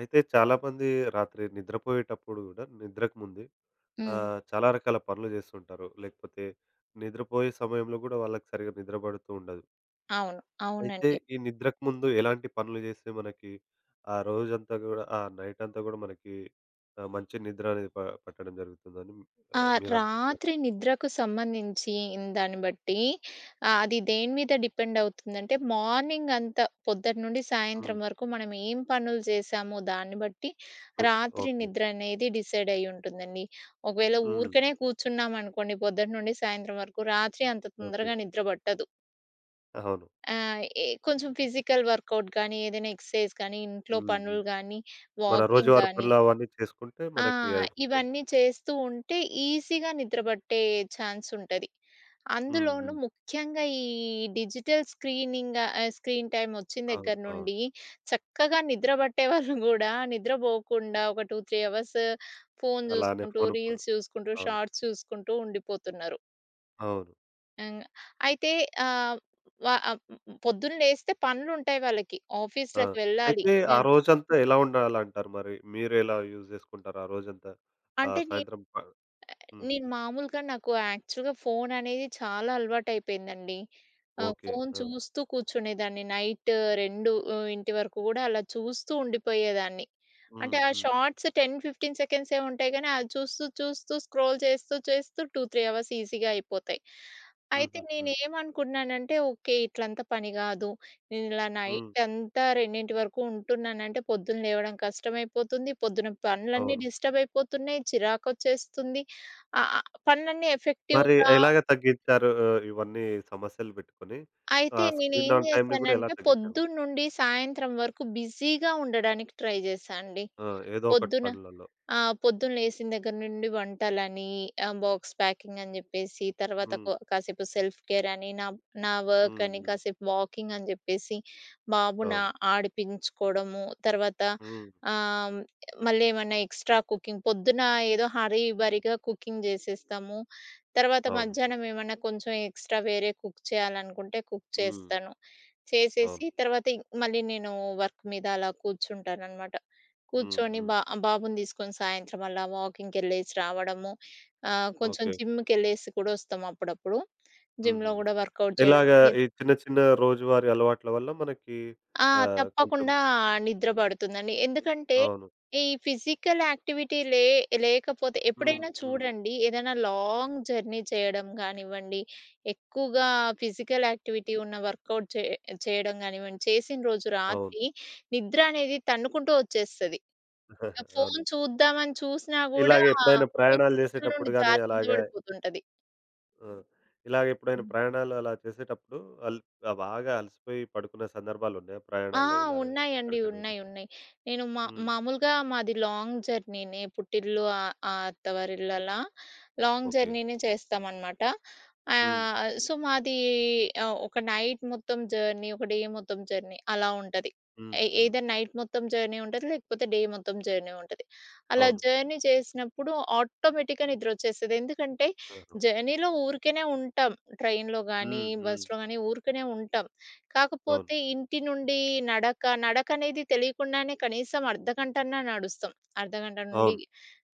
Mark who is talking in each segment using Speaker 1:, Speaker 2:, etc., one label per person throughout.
Speaker 1: అయితే చాలామంది రాత్రి నిద్రపోయేటప్పుడు గూడా, నిద్రకు ముందే
Speaker 2: హ్మ్.
Speaker 1: చాలా రకాల పనులు జేస్తుంటారు. లేకపోతే నిద్రపోయే సమయంలో గూడా వాళ్ళకి సరిగ్గా నిద్ర బడుతూ ఉండదు.
Speaker 2: అవును.
Speaker 1: అయితే
Speaker 2: అవునండి.
Speaker 1: ఈ నిద్రకు ముందు ఎలాంటి పనులు జేస్తే మనకి ఆ రోజంతా గూడా ఆ నైట్ అంతా గూడా మనకి మంచి నిద్ర అనేది పట్టడం జరుగుతుందని
Speaker 2: ఆ!
Speaker 1: మీరనుకుంటున్నారు?
Speaker 2: రాత్రి నిద్రకు సంబంధించి దాన్ని బట్టి అది దేని మీద డిపెండ్ అవుతుందంటే, మార్నింగ్ అంతా పొద్దుటి నుండి
Speaker 1: హ్మ్.
Speaker 2: సాయంత్రం వరకు మనం ఏం పనులు చేశామో దాన్ని బట్టి
Speaker 1: ఎ
Speaker 2: రాత్రి
Speaker 1: ఓకే.
Speaker 2: నిద్ర అనేది డిసైడ్ అయ్యి ఉంటుందండి. ఒకవేళ
Speaker 1: హ్మ్.
Speaker 2: ఊరికనే కూర్చున్నామనుకోండి పొద్దుటి నుండి సాయంత్రం వరకు రాత్రి అంత
Speaker 1: ఓకే.
Speaker 2: తొందరగా నిద్ర పట్టదు.
Speaker 1: అవును.
Speaker 2: ఏ కొంచెం ఫిజికల్ వర్కౌట్ గానీ, ఏదైనా ఎక్సర్సైజ్ గానీ, ఇంట్లో
Speaker 1: హ్మ్. హ్మ్.
Speaker 2: పనులు గానీ,
Speaker 1: మన
Speaker 2: వాకింగ్
Speaker 1: రోజువారీ
Speaker 2: గానీ
Speaker 1: పనులు అవన్నీ చేసుకుంటే
Speaker 2: ఆ!
Speaker 1: మనకి అది కొంచెం.
Speaker 2: ఇవన్నీ చేస్తూ ఉంటే ఈజీగా నిద్రబట్టే ఛాన్స్ ఉంటది.
Speaker 1: హ్మ్.
Speaker 2: అందులోనూ
Speaker 1: హ్మ్.
Speaker 2: ముఖ్యంగా ఈ డిజిటల్ స్క్రీనింగ్ స్క్రీన్ టైమ్ వచ్చిన
Speaker 1: అవును.
Speaker 2: దగ్గర
Speaker 1: అవును.
Speaker 2: నుండి చక్కగా నిద్రబట్టే వాళ్ళు గూడా నిద్రపోకుండా ఒక 2, 3 అవర్స్ ఫోను
Speaker 1: అలానే
Speaker 2: జూసుకుంటూ,
Speaker 1: ఫోను ప
Speaker 2: రీల్స్ జూసుకుంటూ,
Speaker 1: అవును.
Speaker 2: షార్ట్స్ చూసుకుంటూ ఉండిపోతున్నారు.
Speaker 1: అవును.
Speaker 2: హ్మ్. అయితే ఆహ్, వ ఆహ్, పొద్దున్న లేస్తే పనులుంటాయి వాళ్ళకి.
Speaker 1: ఆ!
Speaker 2: ఆఫీస్‌లకి వెళ్ళాలి.
Speaker 1: అయితే ఆ
Speaker 2: హ్మ్.
Speaker 1: రోజంతా ఎలా ఉండాలంటారు మరి? మీరెలా యూజ్ చేసుకుంటారు ఆ రోజంతా?
Speaker 2: అంటే
Speaker 1: ఆహ్,
Speaker 2: నే
Speaker 1: సాయంత్రం ప హ్మ్.
Speaker 2: నేను మామూలుగా నాకు యాక్చువల్‌గా ఫోన్ అనేది చాలా అలవాటయిపోయిందండి.
Speaker 1: ఓకే.
Speaker 2: ఫోన్
Speaker 1: ఆ!
Speaker 2: చూస్తూ కూర్చునేదాన్ని. నైట్ 2 ఇంటి వరకు గూడా అలా చూస్తూ ఉండిపోయేదాన్ని. అంటే
Speaker 1: హ్మ్.
Speaker 2: ఆ
Speaker 1: హ్మ్.
Speaker 2: షార్ట్స్ 10, 15 సెకండ్సే ఉంటాయి గానీ, అది చూస్తూ, చూస్తూ స్క్రోల్ చేస్తూ, చేస్తూ 2, 3 అవర్స్ ఈజీగా అయిపోతాయి. అయితే
Speaker 1: హుహు. హ్మ్.
Speaker 2: నేనేమనుకున్నానంటే, ఓకే. ఇట్లంతా పని గాదు. నేనిలా
Speaker 1: హ్మ్.
Speaker 2: నైటంతా 2 వరకు ఉంటున్నానంటే, పొద్దున లేవడం కష్టమైపోతుంది. పొద్దున పనులన్నీ
Speaker 1: అవును.
Speaker 2: డిస్టర్బ్ అయిపోతున్నాయి. చిరాకొచ్చేస్తుంది. ఆహ్, ఆహ్, పనులన్నీ
Speaker 1: మరి
Speaker 2: ఎఫెక్టివ్‌గా
Speaker 1: ఎలాగ తగ్గించారు ఇవన్నీ సమస్యలు పెట్టుకొని? ఆ
Speaker 2: అయితే
Speaker 1: స్క్రీన్
Speaker 2: నేనేం
Speaker 1: ఆన్ టైమ్‌ని గూడా ఎలా
Speaker 2: జేశానంటే,
Speaker 1: తగ్గించారు?
Speaker 2: పొద్దున్నుండి సాయంత్రం వరకు బిజీగా ఉండడానికి ట్రై జేశా అండి.
Speaker 1: ఆ! ఏదో ఒకటి
Speaker 2: పొద్దున
Speaker 1: పనులలో.
Speaker 2: ఆ! పొద్దున లేసిన దగ్గర నుండి వంటలని, బాక్స్ ప్యాకింగ్ అని జెప్పేసి, తర్వాత
Speaker 1: హ్మ్.
Speaker 2: కాసేపు సెల్ఫ్ కేర్ అని, నా నా వర్క్
Speaker 1: హ్మ్.
Speaker 2: అని,
Speaker 1: హ్మ్.
Speaker 2: కాసేపు వాకింగ్ అని జెప్పేసి, బాబుని
Speaker 1: అవును.
Speaker 2: ఆడిపించుకోవడము, తర్వాత
Speaker 1: హ్మ్.
Speaker 2: ఆహ్, మళ్ళీ ఏమన్నా ఎక్స్‌ట్రా కుకింగ్ పొద్దున ఏదో హరీ బరీగా కుకింగ్ జేసేస్తాము. తర్వాత
Speaker 1: అవును.
Speaker 2: మధ్యాహ్నం ఏమన్నా కొంచెం ఎక్స్‌ట్రా వేరే కుక్ చేయాలనుకుంటే కుక్
Speaker 1: హ్మ్.
Speaker 2: చేస్తాను.
Speaker 1: అవును.
Speaker 2: చేసేసి తర్వాత ఇ మళ్ళీ నేను వర్క్ మీద అలా కూర్చుంటాననమాట.
Speaker 1: హ్మ్.
Speaker 2: కూర్చొని
Speaker 1: హ్మ్.
Speaker 2: బా బాబుని తీసుకొని సాయంత్రం అలా వాకింగ్‌కెళ్ళేసి రావడము. ఆహ్, కొంచెం
Speaker 1: ఓకే.
Speaker 2: జిమ్‌కెళ్ళేసి కూడా వస్తాం అప్పుడప్పుడు.
Speaker 1: హుహు.
Speaker 2: జిమ్‌లో గూడా వర్కౌట్ చేయడం.
Speaker 1: ఇలాగా
Speaker 2: లేదు
Speaker 1: ఈ చిన్న చిన్న రోజువారీ అలవాట్ల వల్ల మనకి
Speaker 2: ఆ!
Speaker 1: కొంచెం.
Speaker 2: తప్పకుండా నిద్ర పడుతుందండి. ఎందుకంటే
Speaker 1: అవును.
Speaker 2: ఈ ఫిజికల్ యాక్టివిటీ లే లేకపోతే
Speaker 1: హ్మ్.
Speaker 2: ఎప్పుడైనా
Speaker 1: హ్మ్.
Speaker 2: చూడండి ఏదైనా లాంగ్ జర్నీ చేయడం గానివ్వండి, ఎక్కువగా ఫిజికల్ యాక్టివిటీ ఉన్న వర్కౌట్ చే చేయడం గానివ్వండి, చేసిన రోజు
Speaker 1: అవును.
Speaker 2: రాత్రి నిద్ర అనేది తన్నుకుంటూ వచ్చేస్తది. ఆ!
Speaker 1: అవును.
Speaker 2: ఫోను చూద్దామని చూసినా గూడా,
Speaker 1: ఇలాగ ఎప్పుడైనా
Speaker 2: ఫోను
Speaker 1: ప్రయాణాలు
Speaker 2: చేతుల
Speaker 1: చేసేటప్పుడు
Speaker 2: నుండి
Speaker 1: గాని
Speaker 2: జారి కింద
Speaker 1: అలాగా.
Speaker 2: పడిపోతుంటది.
Speaker 1: ఆ! ఇలాగ ఎప్పుడైనా ప్రయాణాలు అలా చేసేటప్పుడు అల్ బాగా అలసిపోయి పడుకున్న సందర్భాలున్నాయా
Speaker 2: ఆ!
Speaker 1: ప్రయాణాల్లో ఇలాగ
Speaker 2: ఉన్నాయండి.
Speaker 1: ఎక్కడికైనా వెళ్లి?
Speaker 2: ఉన్నాయి. ఉన్నాయి. నేను మా
Speaker 1: హ్మ్.
Speaker 2: మామూలుగా మాది లాంగ్ జర్నీనే పుట్టిల్లు ఆహ్, ఆహ్, అత్తవారిల్లు అలా లాంగ్
Speaker 1: ఓకే.
Speaker 2: జర్నీనే చేస్తామనమాట.
Speaker 1: హ్మ్.
Speaker 2: సో, మాది ఒక నైట్ మొత్తం జర్నీ, ఒక డే మొత్తం జర్నీ అలా ఉంటది.
Speaker 1: హ్మ్. హ్మ్.
Speaker 2: ఎయిదర్ నైట్ మొత్తం జర్నీ ఉంటది, లేకపోతే డే మొత్తం జర్నీ ఉంటది. అలా
Speaker 1: అవును.
Speaker 2: జర్నీ చేసినప్పుడు ఆటోమేటిక్‌గా నిద్రొచ్చేస్తది. ఎందుకంటే,
Speaker 1: ఆహా!
Speaker 2: జర్నీలో ఊరికేనే ఉంటాం. ట్రైన్‌లో గానీ,
Speaker 1: హ్మ్. హ్మ్.
Speaker 2: బస్‌లో గానీ ఊరికనే ఉంటాం.
Speaker 1: అవును.
Speaker 2: కాకపోతే ఇంటి నుండి నడక, నడకనేది తెలియకుండానే కనీసం అర్ధగంటన్నా నడుస్తాం. అర్ధగంట నుండి
Speaker 1: అవును.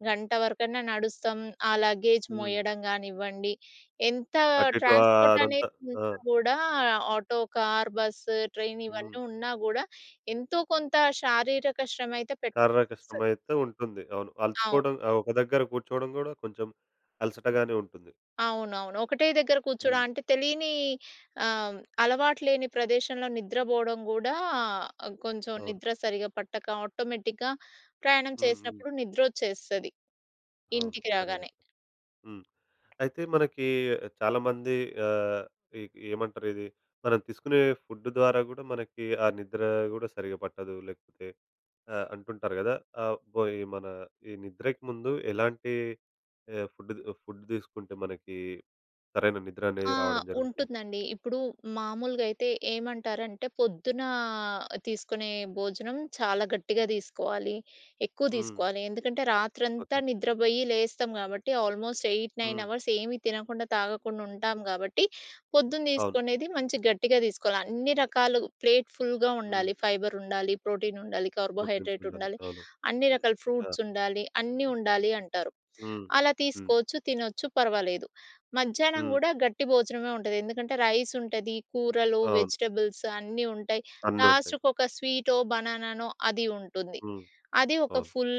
Speaker 2: గంట వరకన్నా నడుస్తాం. ఆ లగేజ్
Speaker 1: హ్మ్.
Speaker 2: మోయడం గానివ్వండి, ఎంత
Speaker 1: అటు ఇటు
Speaker 2: ట్రాన్స్‌పోర్ట్
Speaker 1: అదంతా.
Speaker 2: అనేది
Speaker 1: ఆ!
Speaker 2: ఉన్నా గూడా ఆటో, కార్, బస్సు, ట్రైన్
Speaker 1: హ్మ్.
Speaker 2: ఇవన్నీ ఉన్నా గూడా ఎంతో కొంత శారీరక శ్రమ అయితే
Speaker 1: శారీరక శ్రమ
Speaker 2: పెట్టాల్సొస్తది.
Speaker 1: అయితే ఉంటుంది. అవును.
Speaker 2: అవును.
Speaker 1: అలసిపోవడం, ఒక దగ్గర కూర్చోవడం గూడా కొంచెం అలసటగానే ఉంటుంది.
Speaker 2: అవునవును. ఒకటే దగ్గర కూర్చోడం
Speaker 1: హ్మ్.
Speaker 2: అంటే తెలియని ఆహ్, అలవాటు లేని ప్రదేశంలో నిద్రబోవడం గూడా కొంచెం
Speaker 1: అవును.
Speaker 2: నిద్ర సరిగా పట్టక ఆటోమేటిక్‌గా ప్రయాణం
Speaker 1: హ్మ్. హ్మ్.
Speaker 2: చేసినప్పుడు నిద్రొచ్చేస్తది
Speaker 1: అవును.
Speaker 2: ఇంటికి
Speaker 1: సరిగ్గా
Speaker 2: రాగానే.
Speaker 1: చెప్పారు. హ్మ్. అయితే మనకి చాలామంది ఆహ్, ఈ ఏమంటారు ఇది మనం తీసుకునే ఫుడ్ ద్వారా గూడా మనకి ఆ నిద్ర గూడా సరిగ్గా పట్టదు. లేకపోతే అంటుంటారు గదా! ఆహ్, బో ఈ మన ఈ నిద్రకి ముందు ఎలాంటి ఆహ్, ఫుడ్ ఫుడ్ తీసుకుంటే మనకి సరైన నిద్ర అనేది
Speaker 2: ఆ!
Speaker 1: రావడం జరుగుతుంది?
Speaker 2: ఉంటుందండి. ఇప్పుడు మామూలుగా అయితే ఏమంటారంటే పొద్దున తీసుకునే భోజనం చాలా గట్టిగా తీసుకోవాలి. ఎక్కువ
Speaker 1: హ్మ్.
Speaker 2: తీసుకోవాలి. ఎందుకంటే రాత్రంతా
Speaker 1: ఓకే.
Speaker 2: నిద్రపోయి లేస్తాం కాబట్టి ఆల్మోస్ట్ 8, 9
Speaker 1: హ్మ్.
Speaker 2: అవర్స్ ఏమి తినకుండా, తాగకుండా ఉంటాం కాబట్టి పొద్దున
Speaker 1: అవును.
Speaker 2: తీసుకునేది మంచి గట్టిగా తీసుకోవాలి. అన్ని రకాలు ప్లేట్ ఫుల్‌గా
Speaker 1: హ్మ్.
Speaker 2: ఉండాలి. ఫైబర్ ఉండాలి, ప్రోటీన్ ఉండాలి,
Speaker 1: ప్రోటీన్స్
Speaker 2: కార్బోహైడ్రేట్
Speaker 1: ఉండాలి.
Speaker 2: ఉండాలి,
Speaker 1: అవును.
Speaker 2: అన్ని రకాల
Speaker 1: ఆ!
Speaker 2: ఫ్రూట్స్ ఉండాలి, అన్నీ ఉండాలి అంటారు.
Speaker 1: హ్మ్.
Speaker 2: అలా
Speaker 1: హ్మ్.
Speaker 2: తీసుకోవచ్చు, తినొచ్చు పర్వాలేదు. మధ్యాహ్నం
Speaker 1: హ్మ్.
Speaker 2: గూడా గట్టి భోజనమే ఉంటది. ఎందుకంటే రైస్ ఉంటది, కూరలు,
Speaker 1: అవును.
Speaker 2: వెజిటబుల్స్ అన్నీ ఉంటాయి.
Speaker 1: అన్నీ ఉంటాయి.
Speaker 2: లాస్ట్‌కొక స్వీటో, బనానానో అది ఉంటుంది.
Speaker 1: హ్మ్.
Speaker 2: అది ఒక
Speaker 1: అవును.
Speaker 2: ఫుల్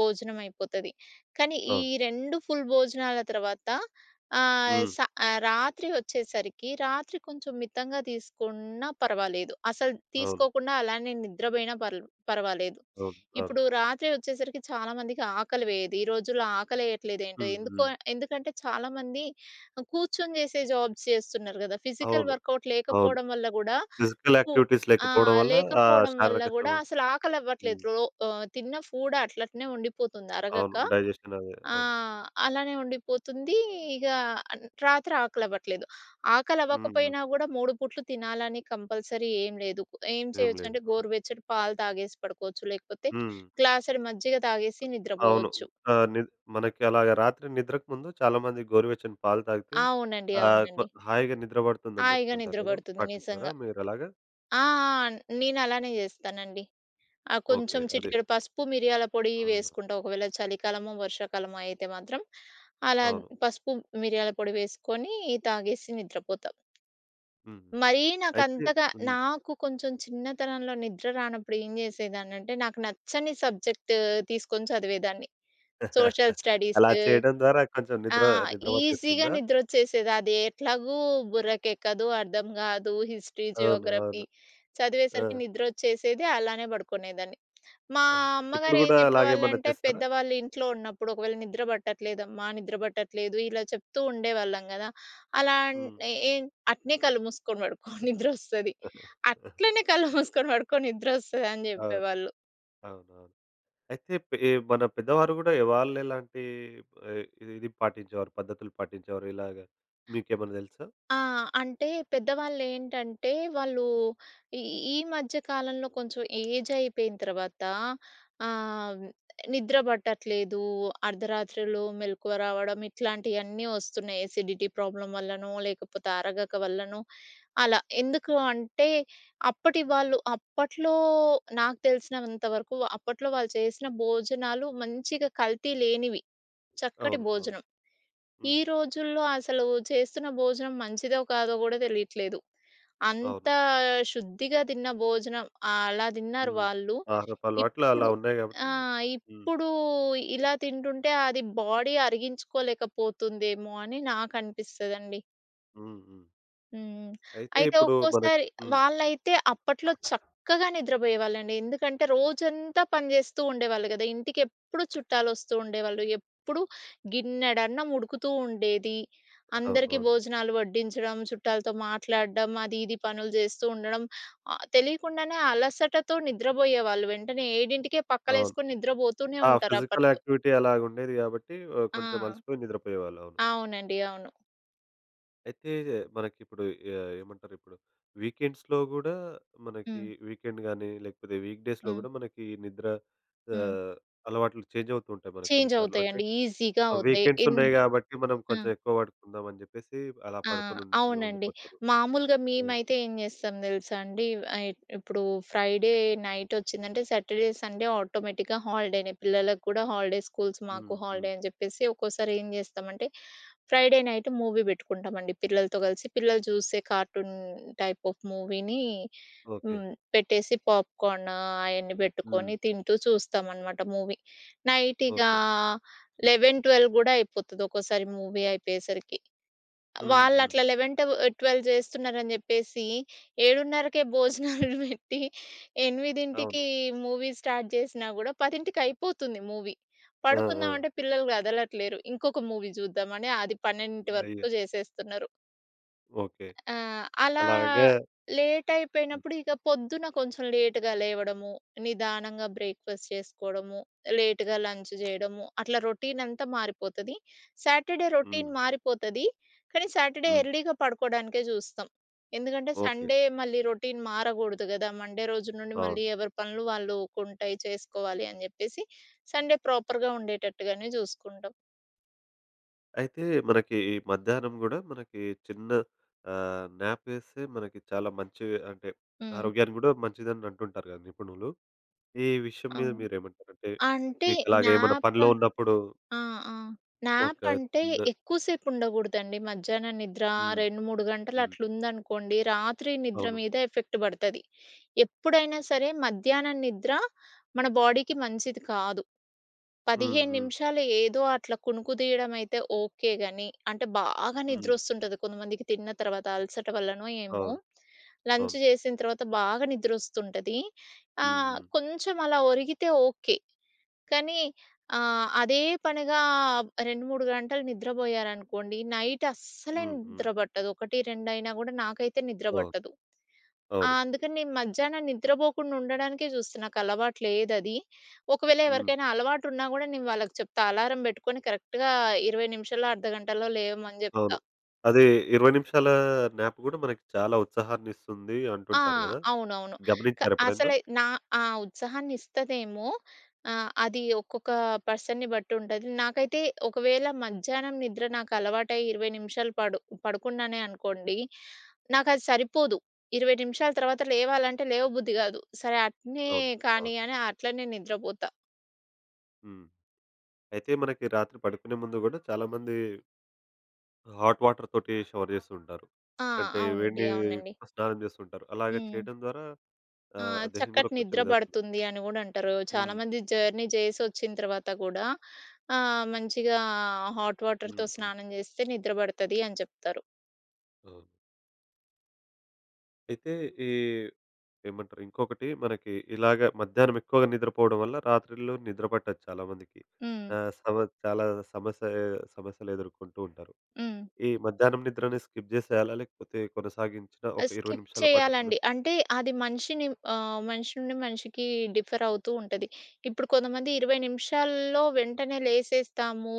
Speaker 2: భోజనం అయిపోతది. కానీ ఈ
Speaker 1: అవును.
Speaker 2: 2 ఫుల్ భోజనాల తర్వాత ఆహ్,
Speaker 1: హ్మ్.
Speaker 2: స రాత్రి వచ్చేసరికి రాత్రి కొంచెం మితంగా తీసుకున్నా పర్వాలేదు. అసలు
Speaker 1: అవును.
Speaker 2: తీసుకోకుండా అలానే నిద్రబోయినా పర్వాలేదు.
Speaker 1: అవును. అవును.
Speaker 2: ఇప్పుడు రాత్రి వచ్చేసరికి చాలా మందికి ఆకలి వేయదు. ఈ రోజుల్లో ఆకలేయట్లేదేంటో!
Speaker 1: హ్మ్.
Speaker 2: ఎందుకో
Speaker 1: హ్మ్.
Speaker 2: ఎందుకంటే చాలామంది కూర్చొని జేసే జాబ్స్ చేస్తున్నారు గదా! ఫిజికల్
Speaker 1: అవును.
Speaker 2: వర్కౌట్
Speaker 1: అవును.
Speaker 2: లేకపోవడం వల్ల గూడా
Speaker 1: ఫిజికల్
Speaker 2: పు
Speaker 1: యాక్టివిటీస్
Speaker 2: ఆ!
Speaker 1: లేకపోవడం వల్ల ఆ
Speaker 2: లేకపోవడం వల్ల
Speaker 1: శారీరక
Speaker 2: గూడా
Speaker 1: శ్రమ.
Speaker 2: అసలు
Speaker 1: హ్మ్.
Speaker 2: ఆకలవ్వట్లేదు. తిన్న ఫుడ్ అట్లట్నే ఉండిపోతుంది అరగక.
Speaker 1: అవును. డైజెషన్ అదే.
Speaker 2: ఆ!
Speaker 1: అవును.
Speaker 2: అలానే ఉండిపోతుంది. ఇగ అన్ రాత్రి ఆకలవ్వట్లేదు.
Speaker 1: హ్మ్. హ్మ్.
Speaker 2: ఆకలవ్వకపోయినా గూడా 3 పూట్లు తినాలని కంపల్సరీ ఏం లేదు. ఏం
Speaker 1: ఏం లేదు.
Speaker 2: చేయొచ్చంటే
Speaker 1: అవును.
Speaker 2: గోరువెచ్చటి పాలు తాగేసి పడుకోవచ్చు. లేకపోతే
Speaker 1: హ్మ్.
Speaker 2: గ్లాసెడు మజ్జిగ తాగేసి
Speaker 1: అవును.
Speaker 2: నిద్రపోవచ్చు.
Speaker 1: ఆహ్, ని మనకి అలాగా రాత్రి నిద్రకు ముందు చాలామంది గోరువెచ్చని పాలు తాగితే
Speaker 2: అవునండి.
Speaker 1: ఆహ్, కొ
Speaker 2: అవునండి.
Speaker 1: హాయిగా నిద్ర పడుతుందని
Speaker 2: హాయిగా
Speaker 1: జెప్తుంటారు
Speaker 2: నిద్ర
Speaker 1: గదా!
Speaker 2: బడుతుంది
Speaker 1: పాటించారా
Speaker 2: నిజంగా.
Speaker 1: మీరలాగా?
Speaker 2: ఆ! ఆ! నేనలానే జేస్తానండి. ఆ!
Speaker 1: ఓకే.
Speaker 2: కొంచెం
Speaker 1: అదే.
Speaker 2: చిటికెడు పసుపు, మిరియాల పొడి
Speaker 1: ఆ!
Speaker 2: వేసుకుంటా. ఒకవేళ చలికాలమో, వర్షాకాలమో అయితే మాత్రం అలా
Speaker 1: అవును.
Speaker 2: పసుపు, మిరియాల పొడి వేసుకొని తాగేసి నిద్రపోతా.
Speaker 1: హ్మ్.
Speaker 2: మరీ
Speaker 1: అయితే.
Speaker 2: నాకంతగా
Speaker 1: హ్మ్.
Speaker 2: నాకు కొంచెం చిన్నతనంలో నిద్ర రానప్పుడు ఏం జేసేదాన్నంటే నాకు నచ్చని సబ్జెక్ట్ తీసుకొని చదివేదాన్ని. సోషల్ స్టడీస్
Speaker 1: అలా చేయడం ద్వారా కొంచెం
Speaker 2: ఆ!
Speaker 1: నిద్ర నిద్ర
Speaker 2: ఈజీగా
Speaker 1: పట్టేస్తుందా?
Speaker 2: నిద్రొచ్చేసేది. అది ఎట్లాగూ బుర్రకెక్కదు, అర్థం గాదు. హిస్టరీ,
Speaker 1: అవును. అవును.
Speaker 2: జియోగ్రఫీ
Speaker 1: ఆ!
Speaker 2: చదివేసరికి నిద్రొచ్చేసేది. అలానే పడుకునేదాన్ని. మా
Speaker 1: ఆ! ఇప్పుడు
Speaker 2: అమ్మగారు ఏం
Speaker 1: గూడా అలాగేమన్నా
Speaker 2: జెప్పేవాళ్ళంటే,
Speaker 1: చేస్తారా?
Speaker 2: పెద్దవాళ్ళు ఇంట్లో ఉన్నప్పుడు ఒకవేళ నిద్ర పట్టట్లేదమ్మా, నిద్ర పట్టట్లేదు ఇలా చెప్తూ ఉండేవాళ్ళం గదా! అలా అన్
Speaker 1: హ్మ్.
Speaker 2: ఏ ఏం అట్నే కళ్ళు మూసుకొని పడుకో నిద్రొస్తది. అట్లనే కళ్ళు మూసుకొని పడుకో నిద్రొస్తదని
Speaker 1: అవును.
Speaker 2: జెప్పేవాళ్ళు.
Speaker 1: అవునవును. అయితే పె మన పెద్దవారు గూడా వాళ్ళెలాంటి ఆహ్, ఇది పాటించేవారు, పద్ధతులు పాటించేవారు ఇలాగ? మీకేమన్నా తెలుసా?
Speaker 2: ఆ! అంటే పెద్దవాళ్ళేంటంటే, వాళ్ళు ఈ ఈ మధ్య కాలంలో కొంచెం ఏజ్ అయిపోయిన తర్వాత ఆహ్, నిద్ర పట్టట్లేదు. అర్ధరాత్రులు మెలకువ రావడం ఇట్లాంటియన్నీ వస్తున్నాయి. ఎసిడిటీ ప్రాబ్లమ్ వల్లనో, లేకపోతే అరగక వల్లనో అలా. ఎందుకు అంటే, అప్పటి వాళ్ళు అప్పట్లో నాకు తెలిసినంత వరకు అప్పట్లో వాళ్ళు చేసిన భోజనాలు మంచిగా కల్తీ లేనివి. చక్కటి
Speaker 1: అవును. అవును.
Speaker 2: భోజనం. ఈ
Speaker 1: హ్మ్.
Speaker 2: రోజుల్లో అసలు చేస్తున్న భోజనం మంచిదో కాదో గూడా తెలియట్లేదు.
Speaker 1: అవును.
Speaker 2: అంత శుద్ధిగా తిన్న భోజనం అలా తిన్నారు
Speaker 1: హ్మ్.
Speaker 2: వాళ్ళు.
Speaker 1: ఆహారపు అలవాట్లు అలా
Speaker 2: ఇప్పుడు
Speaker 1: ఉన్నాయి గాబట్టి.
Speaker 2: ఆ!
Speaker 1: హ్మ్.
Speaker 2: ఇప్పుడు ఇలా తింటుంటే అది బాడీ అరిగించుకోలేకపోతుందేమో అని నాకనిపిస్తదండి.
Speaker 1: హ్మ్. హ్మ్.
Speaker 2: హ్మ్.
Speaker 1: అయితే
Speaker 2: అయితే
Speaker 1: ఇప్పుడు మనకి.
Speaker 2: ఒక్కోసారి
Speaker 1: హ్మ్.
Speaker 2: వాళ్ళైతే అప్పట్లో చక్కగా నిద్రపోయేవాళ్ళండి. ఎందుకంటే రోజంతా పని జేస్తూ ఉండేవాళ్ళు గదా! ఇంటికెప్పుడు చుట్టాలొస్తూ ఉండేవాళ్ళు. ఎప్పుడు గిన్నెడన్నం ఉడుకుతూ ఉండేది.
Speaker 1: అవును.
Speaker 2: అందరికీ
Speaker 1: అవును.
Speaker 2: భోజనాలు వడ్డించడం, చుట్టాలతో మాట్లాడడం, అది ఇది పనులు జేస్తూ ఉండడం. తెలియకుండానే అలసటతో నిద్రబోయేవాళ్ళు. వెంటనే 7కే
Speaker 1: అవును.
Speaker 2: పక్కలేసుకొని నిద్రబోతూనే
Speaker 1: ఆ!
Speaker 2: ఉంటారు
Speaker 1: ఫిజికల్
Speaker 2: అప్పట్లో.
Speaker 1: యాక్టివిటీ అలాగుండేది గాబట్టి
Speaker 2: ఆ!
Speaker 1: కొంచెం అలసిపోయి నిద్రపోయేవాళ్ళు. అవును.
Speaker 2: అవునండి. అవును.
Speaker 1: అయితే మనకిప్పుడు ఏమంటారిప్పుడు వీకెండ్స్‌లో గూడా మనకి
Speaker 2: హ్మ్.
Speaker 1: వీకెండ్ గానీ, లేకపోతే వీక్ డేస్‌లో
Speaker 2: హ్మ్.
Speaker 1: గూడా మనకి నిద్ర
Speaker 2: హ్మ్.
Speaker 1: ఆహ్, అలవాట్లు చేంజ్ అవుతూ ఉంటాయి మనకు కొన్ని
Speaker 2: చేంజ్
Speaker 1: సార్లు. అంటే
Speaker 2: అవుతాయండి. ఈజీగా అవుతాయి.
Speaker 1: వీకెండ్స్ ఉన్నాయి గాబట్టి మనం
Speaker 2: ఆ!
Speaker 1: కొంచెం ఎక్కువ పడుకుందాం అని జెప్పేసి అలా
Speaker 2: ఆ!
Speaker 1: పడుకొని ఉండి
Speaker 2: అవునండి.
Speaker 1: ఉండిపోతారు.
Speaker 2: మామూలుగా
Speaker 1: ఆ!
Speaker 2: మేమైతే ఏం జేస్తాం దెలుసా అండి, ఆహ్, ఇప్పుడు ఫ్రైడే నైటొచ్చిందంటే సాటర్‌డే, సండే ఆటోమేటిక్‌గా హాలిడేనే. పిల్లలకు కూడా హాలిడే స్కూల్స్ మాకు
Speaker 1: హ్మ్.
Speaker 2: హాలిడే
Speaker 1: హ్మ్.
Speaker 2: అని జెప్పేసి ఒక్కోసారి ఏం జేస్తామంటే, ఫ్రైడే నైట్ మూవీ బెట్టుకుంటామండి పిల్లలతో గలిసి. పిల్లలు జూసే కార్టూన్ టైప్ ఆఫ్ మూవీని
Speaker 1: ఓకే.
Speaker 2: హ్మ్. పెట్టేసి పాప్‌కార్న్ అయన్నీ
Speaker 1: హ్మ్.
Speaker 2: బెట్టుకొని తింటూ చూస్తామనమాట మూవీ. నైట్ ఇగా
Speaker 1: ఓకే.
Speaker 2: 11, 12 గూడా అయిపోతది ఒక్కోసారి మూవీ అయిపోయేసరికి.
Speaker 1: హ్మ్. హ్మ్.
Speaker 2: వాళ్ళట్లా 11, 12 చేస్తున్నారని జెప్పేసి 7:30కే భోజనాలు పెట్టి
Speaker 1: అవును.
Speaker 2: 8కి మూవీ స్టార్ట్ చేసినా గూడా 10కి అయిపోతుంది మూవీ.
Speaker 1: ఆ! ఆ!
Speaker 2: పడుకుందామంటే పిల్లలు కదలట్లేరు. ఇంకొక మూవీ చూద్దామని అది 12
Speaker 1: అయ్యో!
Speaker 2: వరకు చేసేస్తున్నారు.
Speaker 1: ఓకే.
Speaker 2: ఆ! అలా
Speaker 1: అలాగా. హ్మ్.
Speaker 2: లేటయిపోయినప్పుడు ఇక పొద్దున కొంచెం లేట్‌గా లేవడము, నిదానంగా బ్రేక్‌ఫాస్ట్ చేసుకోవడము, లేట్‌గా లంచ్ జేయడము, అట్లా రొటీనంతా మారిపోతది. సాటర్‌డే
Speaker 1: హ్మ్.
Speaker 2: రొటీన్ మారిపోతది. కానీ సాటర్‌డే
Speaker 1: హ్మ్.
Speaker 2: ఎర్లీగా పడుకోవడానికే జూస్తాం. ఎందుకంటే
Speaker 1: ఓకే.
Speaker 2: సండే మళ్ళీ రొటీన్ మారగూడదు గదా! మండే రోజు నుండి
Speaker 1: అవును.
Speaker 2: మళ్ళీ ఎవరి పనులు వాళ్ళకుంటాయి చేసుకోవాలి అని జెప్పేసి, సండే ప్రాపర్‌గా ఉండేటట్టుగానే జూసుకుంటాం.
Speaker 1: అయితే మనకి ఈ మధ్యాహ్నం గూడా మనకి చిన్న న్యాప్ వేస్తే మనకి చాలా మంచి అంటే
Speaker 2: హ్మ్.
Speaker 1: ఆరోగ్యానికి గూడా మంచిదని అంటుంటారు గదా నిపుణులు. ఈ విషయం మీద
Speaker 2: అవును.
Speaker 1: మీరేమంటారు? అంటే
Speaker 2: అంటే
Speaker 1: మీకలాగా ఏమన్నా
Speaker 2: నాప్
Speaker 1: పనిలో ఉన్నప్పుడు
Speaker 2: ఆ! ఆ!
Speaker 1: ఒక
Speaker 2: న్యాప్ అంటే
Speaker 1: చిన్న.
Speaker 2: ఎక్కువ సేపు ఉండగూడదండి. మధ్యాహ్నం నిద్ర
Speaker 1: హ్మ్.
Speaker 2: 2, 3 గంటలు
Speaker 1: హ్మ్.
Speaker 2: అట్లుందనుకోండి, రాత్రి నిద్ర
Speaker 1: అవును.
Speaker 2: మీద ఎఫెక్ట్ పడతది. ఎప్పుడైనా సరే మధ్యాహ్నం నిద్ర మన బాడీకి మంచిది కాదు.
Speaker 1: హ్మ్.
Speaker 2: 15
Speaker 1: హ్మ్.
Speaker 2: నిమిషాలు ఏదో అట్లా కునుకు తీయడం అయితే ఓకే గాని, అంటే బాగా
Speaker 1: హ్మ్.
Speaker 2: నిద్రొస్తుంటది కొంతమందికి తిన్న తర్వాత అలసట వల్లనో ఏమో!
Speaker 1: అవును.
Speaker 2: లంచ్
Speaker 1: అవును.
Speaker 2: చేసిన తర్వాత బాగా నిద్రొస్తుంటది.
Speaker 1: హ్మ్. హ్మ్.
Speaker 2: కొంచెం అలా ఒరిగితే ఓకే. కానీ అదే పనిగా 2, 3 గంటలు నిద్రబోయారనుకోండి, నైట్ అస్సలే
Speaker 1: హ్మ్.
Speaker 2: నిద్ర
Speaker 1: హ్మ్.
Speaker 2: పట్టదు. 1, 2 అయినా గూడా నాకైతే నిద్ర
Speaker 1: అవును.
Speaker 2: పట్టదు. ఆ!
Speaker 1: అవును.
Speaker 2: అందుకని నేను మధ్యాహ్నం నిద్రపోకుండా ఉండడానికే చూస్తా. నాకలవాటు లేదది. ఒకవేళ
Speaker 1: హ్మ్.
Speaker 2: ఎవరికైనా అలవాటున్నా గూడా నేను వాళ్ళకి చెప్తా. అలారం పెట్టుకొని కరెక్ట్‌గా 20 నిమిషాల్లో, అర్ధగంటలో లేవమని
Speaker 1: అవును.
Speaker 2: జెప్తా.
Speaker 1: అదే 20 నిమిషాల న్యాప్ గూడా మనకి చాలా ఉత్సాహాన్నిస్తుంది
Speaker 2: ఆ!
Speaker 1: అంటుంటారు గదా!
Speaker 2: అవునవును. క
Speaker 1: గమనించారా ఎప్పుడైనా?
Speaker 2: అసలే నా ఆ ఉత్సాహాన్నిస్తదేమో అది ఒక్కొక్క పర్సన్‌ని బట్టి ఉంటది. నాకైతే ఒకవేళ మధ్యాహ్నం నిద్ర నాకు అలవాటై 20 నిమిషాలు పడుకున్నానే అనుకోండి, నాకది సరిపోదు. 20 నిమిషాల తర్వాత లేవాలంటే లేవబుద్ధి గాదు. సరే అట్నే
Speaker 1: అవును. అవును.
Speaker 2: కానీ అని అట్లనే నిద్రపోతా.
Speaker 1: హ్మ్. అయితే మనకి రాత్రి పడుకునే ముందు గూడా చాలామంది హాట్ వాటర్ తోటి షవర్ చేస్తూ ఉంటారు.
Speaker 2: ఆ!
Speaker 1: అంటే వేడి
Speaker 2: అవునండి. అవునండి.
Speaker 1: నీటితో స్నానం చేస్తుంటారు. అలాగా
Speaker 2: హ్మ్.
Speaker 1: చేయడం ద్వారా
Speaker 2: ఆ!
Speaker 1: దేహం గూడా
Speaker 2: చక్కటి
Speaker 1: కొంచెం
Speaker 2: నిద్ర
Speaker 1: ఇదవుతుంది.
Speaker 2: పడుతుంది అని గూడా అంటారు. చాలా
Speaker 1: హ్మ్.
Speaker 2: మంది జర్నీ జేసొచ్చిన తర్వాత గూడా మంచిగా హాట్
Speaker 1: హ్మ్.
Speaker 2: వాటర్‌తో
Speaker 1: హ్మ్.
Speaker 2: స్నానం జేస్తే నిద్ర బడతది అని జెప్తారు.
Speaker 1: అవును. అయితే ఈ ఏమంటారు ఇంకొకటి మనకి ఇలాగ మధ్యాహ్నం ఎక్కువగా నిద్రపోవడం వల్ల రాత్రిళ్ళు నిద్ర పట్టదు చాలా మందికి.
Speaker 2: హ్మ్.
Speaker 1: ఆహ్, సమ చాలా సమస్య సమస్యలు ఎదుర్కొంటూ ఉంటారు.
Speaker 2: హ్మ్.
Speaker 1: ఈ మధ్యాహ్నం నిద్రని స్కిప్ చేసేయాలా? లేకపోతే కొనసాగించిన ఒక 20
Speaker 2: స్కిప్
Speaker 1: నిమిషాల పాటు
Speaker 2: చేయాలండి. అంటే అది మనిషిని మనిషి నుండి మనిషికి డిఫర్ అవుతూ ఉంటది. ఇప్పుడు కొంతమంది 20 నిమిషాల్లో వెంటనే లేసేస్తాము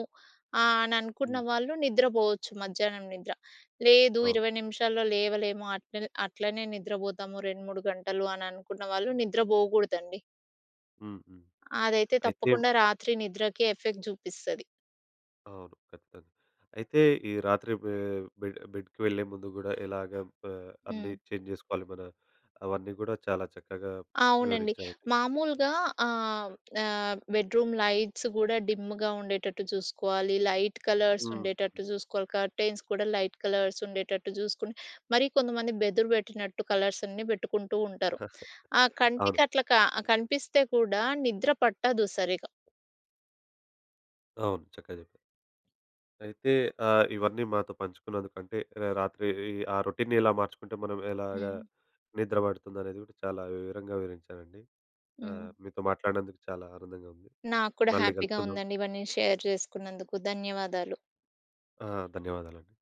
Speaker 2: అని అనుకున్న
Speaker 1: హ్మ్.
Speaker 2: వాళ్ళు నిద్రపోవచ్చు మధ్యాహ్నం నిద్ర. లేదు
Speaker 1: అవును.
Speaker 2: 20 నిమిషాల్లో లేవలేము అట్లనే నిద్రపోతాము 2, 3 గంటలు అని అనుకున్న వాళ్ళు నిద్రపోకూడదండి.
Speaker 1: హ్మ్. హ్మ్.
Speaker 2: అదైతే
Speaker 1: అయితే.
Speaker 2: తప్పకుండా రాత్రి నిద్రకి ఎఫెక్ట్ చూపిస్తది.
Speaker 1: అవును. ఖచ్చితంగా. అయితే ఈ రాత్రి బె బెడ్ బెడ్‌కి వెళ్ళే ముందు గూడా ఎలాగా అన్నీ
Speaker 2: హ్మ్.
Speaker 1: చేంజ్ జేసుకోవాలి మన అవన్నీ గూడా చాలా చక్కగా
Speaker 2: అవునండి.
Speaker 1: వివరించారండి.
Speaker 2: మామూలుగా ఆహ్, ఆహ్, బెడ్‌రూమ్ లైట్స్ గూడా డిమ్‌గా ఉండేటట్టు చూసుకోవాలి. లైట్ కలర్స్
Speaker 1: హ్మ్.
Speaker 2: ఉండేటట్టు చూసుకోవాలి. కర్టెన్స్ కూడా లైట్ కలర్స్ ఉండేటట్టు చూసుకుని మరి కొంతమంది బెదురు పెట్టినట్టు కలర్స్ అన్నీ పెట్టుకుంటూ ఉంటారు. ఆ
Speaker 1: అవును.
Speaker 2: కంటికి అట్లా క కనిపిస్తే కూడా నిద్ర పట్టదు సరిగా.
Speaker 1: అవును. చక్కగా జెప్పారు. అయితే ఇవన్నీ మాతో పంచుకున్నందుకు అంటే రాత్రి ఈ ఆ రొటీన్‌ని ఎలా మార్చుకుంటే మనం ఎలాగా
Speaker 2: హ్మ్.
Speaker 1: నిద్ర పడుతుందనేది గూడా చాలా వివరంగా వివరించారండి.
Speaker 2: హ్మ్.
Speaker 1: మీతో మాట్లాడినందుకు చాలా ఆనందంగా ఉంది.
Speaker 2: నాకు కూడా
Speaker 1: మళ్ళీ
Speaker 2: హ్యాపీగా
Speaker 1: కలుసుకుందాం.
Speaker 2: ఉందండి. ఇవన్నీ షేర్ చేసుకున్నందుకు ధన్యవాదాలు.
Speaker 1: ఆ! ధన్యవాదాలండి.